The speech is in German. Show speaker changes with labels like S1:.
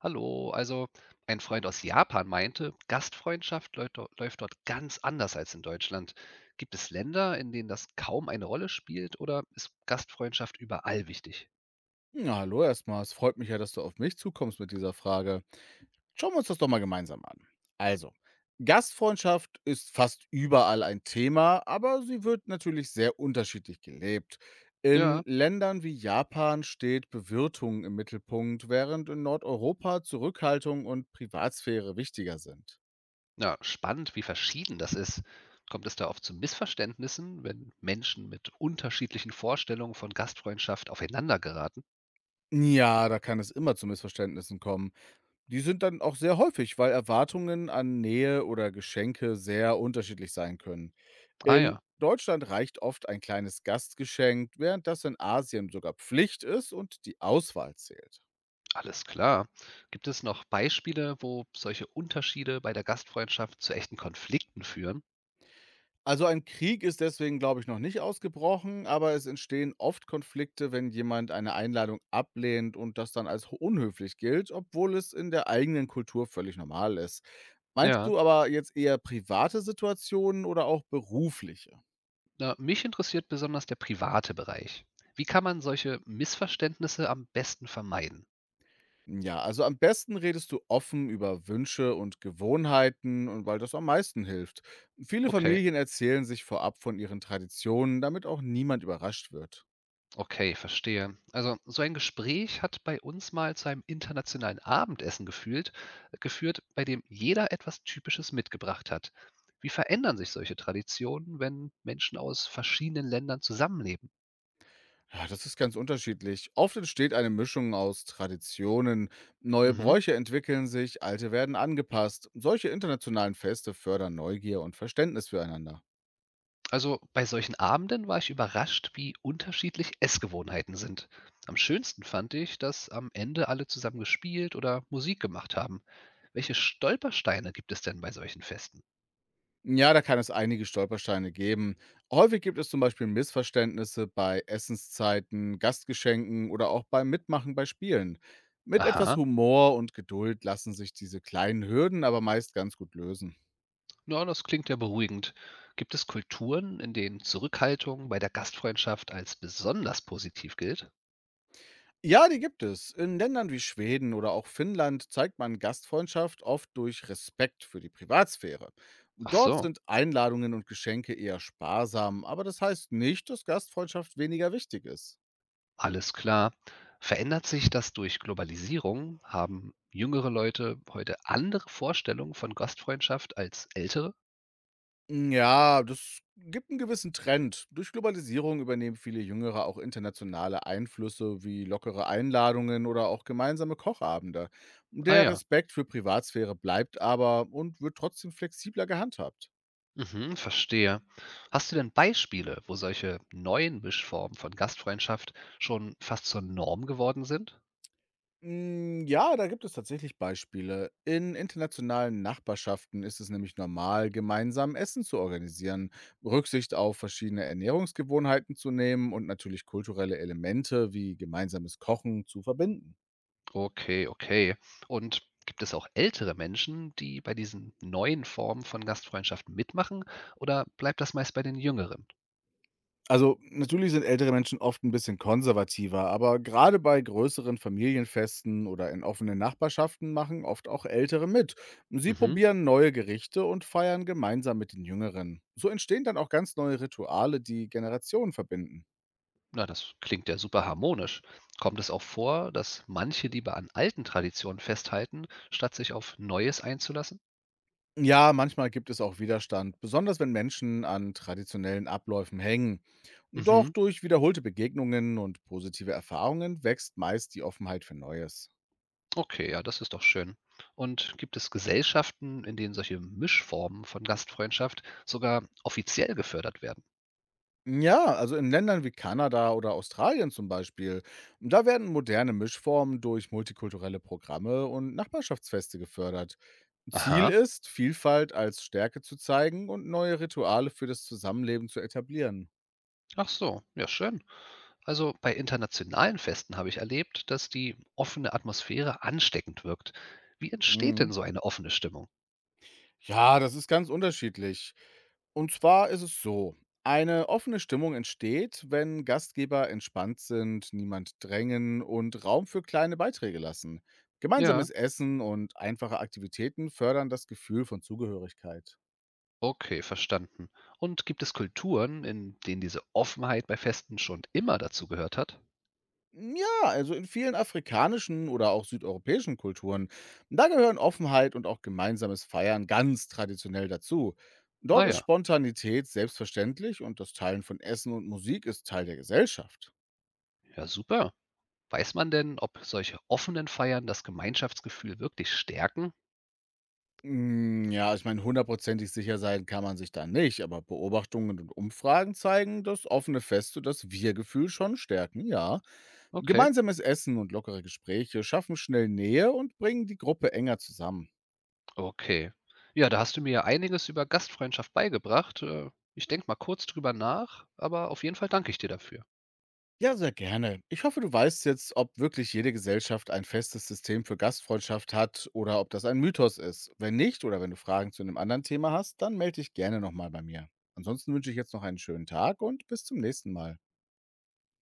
S1: Hallo, also ein Freund aus Japan meinte, Gastfreundschaft läuft, läuft dort ganz anders als in Deutschland. Gibt es Länder, in denen das kaum eine Rolle spielt oder ist Gastfreundschaft überall wichtig?
S2: Ja, hallo erstmal. Es freut mich ja, dass du auf mich zukommst mit dieser Frage. Schauen wir uns das doch mal gemeinsam an. Also, Gastfreundschaft ist fast überall ein Thema, aber sie wird natürlich sehr unterschiedlich gelebt. In
S1: Ja,
S2: Ländern wie Japan steht Bewirtung im Mittelpunkt, während in Nordeuropa Zurückhaltung und Privatsphäre wichtiger sind.
S1: ja, spannend, wie verschieden das ist. Kommt es da oft zu Missverständnissen, wenn Menschen mit unterschiedlichen Vorstellungen von Gastfreundschaft aufeinander geraten?
S2: Ja, da kann es immer zu Missverständnissen kommen. Die sind dann auch sehr häufig, weil Erwartungen an Nähe oder Geschenke sehr unterschiedlich sein können.
S1: Ah
S2: In
S1: ja,
S2: Deutschland reicht oft ein kleines Gastgeschenk, während das in Asien sogar Pflicht ist und die Auswahl zählt.
S1: alles klar. Gibt es noch Beispiele, wo solche Unterschiede bei der Gastfreundschaft zu echten Konflikten führen?
S2: Also ein Krieg ist deswegen, glaube ich, noch nicht ausgebrochen, aber es entstehen oft Konflikte, wenn jemand eine Einladung ablehnt und das dann als unhöflich gilt, obwohl es in der eigenen Kultur völlig normal ist. Meinst
S1: Ja.
S2: du aber jetzt eher private Situationen oder auch berufliche?
S1: Na, mich interessiert besonders der private Bereich. Wie kann man solche Missverständnisse am besten vermeiden?
S2: Ja, also am besten redest du offen über Wünsche und Gewohnheiten und weil das am meisten hilft. Viele
S1: Okay,
S2: Familien erzählen sich vorab von ihren Traditionen, damit auch niemand überrascht wird.
S1: okay, verstehe. Also so ein Gespräch hat bei uns mal zu einem internationalen Abendessen geführt, bei dem jeder etwas Typisches mitgebracht hat. Wie verändern sich solche Traditionen, wenn Menschen aus verschiedenen Ländern zusammenleben?
S2: Ja, das ist ganz unterschiedlich. Oft entsteht eine Mischung aus Traditionen, neue
S1: Mhm.
S2: Bräuche entwickeln sich, alte werden angepasst. Solche internationalen Feste fördern Neugier und Verständnis füreinander.
S1: Also bei solchen Abenden war ich überrascht, wie unterschiedlich Essgewohnheiten sind. Am schönsten fand ich, dass am Ende alle zusammen gespielt oder Musik gemacht haben. Welche Stolpersteine gibt es denn bei solchen Festen?
S2: Ja, da kann es einige Stolpersteine geben. Häufig gibt es zum Beispiel Missverständnisse bei Essenszeiten, Gastgeschenken oder auch beim Mitmachen bei Spielen. Mit etwas
S1: Aha,
S2: Humor und Geduld lassen sich diese kleinen Hürden aber meist ganz gut lösen.
S1: na, das klingt ja beruhigend. Gibt es Kulturen, in denen Zurückhaltung bei der Gastfreundschaft als besonders positiv gilt?
S2: Ja, die gibt es. In Ländern wie Schweden oder auch Finnland zeigt man Gastfreundschaft oft durch Respekt für die Privatsphäre.
S1: Ach
S2: Dort
S1: so,
S2: sind Einladungen und Geschenke eher sparsam, aber das heißt nicht, dass Gastfreundschaft weniger wichtig ist.
S1: alles klar. Verändert sich das durch Globalisierung? Haben jüngere Leute heute andere Vorstellungen von Gastfreundschaft als ältere?
S2: Hm, ja, das gibt einen gewissen Trend. Durch Globalisierung übernehmen viele Jüngere auch internationale Einflüsse wie lockere Einladungen oder auch gemeinsame Kochabende.
S1: Ah
S2: Der
S1: ja.
S2: Respekt für Privatsphäre bleibt aber und wird trotzdem flexibler gehandhabt.
S1: Mhm, verstehe. Hast du denn Beispiele, wo solche neuen Mischformen von Gastfreundschaft schon fast zur Norm geworden sind?
S2: Hm, ja, da gibt es tatsächlich Beispiele. In internationalen Nachbarschaften ist es nämlich normal, gemeinsam Essen zu organisieren, Rücksicht auf verschiedene Ernährungsgewohnheiten zu nehmen und natürlich kulturelle Elemente wie gemeinsames Kochen zu verbinden.
S1: Okay, okay. Und gibt es auch ältere Menschen, die bei diesen neuen Formen von Gastfreundschaft mitmachen? Oder bleibt das meist bei den Jüngeren?
S2: Also, natürlich sind ältere Menschen oft ein bisschen konservativer, aber gerade bei größeren Familienfesten oder in offenen Nachbarschaften machen oft auch Ältere mit. Sie
S1: Mhm.
S2: probieren neue Gerichte und feiern gemeinsam mit den Jüngeren. So entstehen dann auch ganz neue Rituale, die Generationen verbinden.
S1: Na, das klingt ja super harmonisch. Kommt es auch vor, dass manche lieber an alten Traditionen festhalten, statt sich auf Neues einzulassen?
S2: Ja, manchmal gibt es auch Widerstand, besonders wenn Menschen an traditionellen Abläufen hängen. Doch
S1: Mhm.
S2: durch wiederholte Begegnungen und positive Erfahrungen wächst meist die Offenheit für Neues.
S1: Okay, ja, das ist doch schön. Und gibt es Gesellschaften, in denen solche Mischformen von Gastfreundschaft sogar offiziell gefördert werden?
S2: Ja, also in Ländern wie Kanada oder Australien zum Beispiel, da werden moderne Mischformen durch multikulturelle Programme und Nachbarschaftsfeste gefördert. Ziel
S1: Aha,
S2: ist, Vielfalt als Stärke zu zeigen und neue Rituale für das Zusammenleben zu etablieren.
S1: ach so, ja schön. Also bei internationalen Festen habe ich erlebt, dass die offene Atmosphäre ansteckend wirkt. Wie entsteht denn
S2: Mhm.
S1: so eine offene Stimmung?
S2: Ja, das ist ganz unterschiedlich. Und zwar ist es so: eine offene Stimmung entsteht, wenn Gastgeber entspannt sind, niemand drängen und Raum für kleine Beiträge lassen.
S1: Ja,
S2: Gemeinsames Essen und einfache Aktivitäten fördern das Gefühl von Zugehörigkeit.
S1: okay, verstanden. Und gibt es Kulturen, in denen diese Offenheit bei Festen schon immer dazugehört hat?
S2: Ja, also in vielen afrikanischen oder auch südeuropäischen Kulturen, da gehören Offenheit und auch gemeinsames Feiern ganz traditionell dazu. Dort
S1: Ah
S2: ist
S1: ja,
S2: Spontanität selbstverständlich und das Teilen von Essen und Musik ist Teil der Gesellschaft.
S1: ja super. Weiß man denn, ob solche offenen Feiern das Gemeinschaftsgefühl wirklich stärken?
S2: Hm, ja, ich meine, hundertprozentig sicher sein kann man sich da nicht, aber Beobachtungen und Umfragen zeigen das offene Feste, das Wir-Gefühl schon stärken, ja.
S1: Okay,
S2: Gemeinsames Essen und lockere Gespräche schaffen schnell Nähe und bringen die Gruppe enger zusammen.
S1: okay. Ja, da hast du mir ja einiges über Gastfreundschaft beigebracht. Ich denke mal kurz drüber nach, aber auf jeden Fall danke ich dir dafür.
S2: Ja, sehr gerne. Ich hoffe, du weißt jetzt, ob wirklich jede Gesellschaft ein festes System für Gastfreundschaft hat oder ob das ein Mythos ist. Wenn nicht oder wenn du Fragen zu einem anderen Thema hast, dann melde dich gerne nochmal bei mir. Ansonsten wünsche ich jetzt noch einen schönen Tag und bis zum nächsten Mal.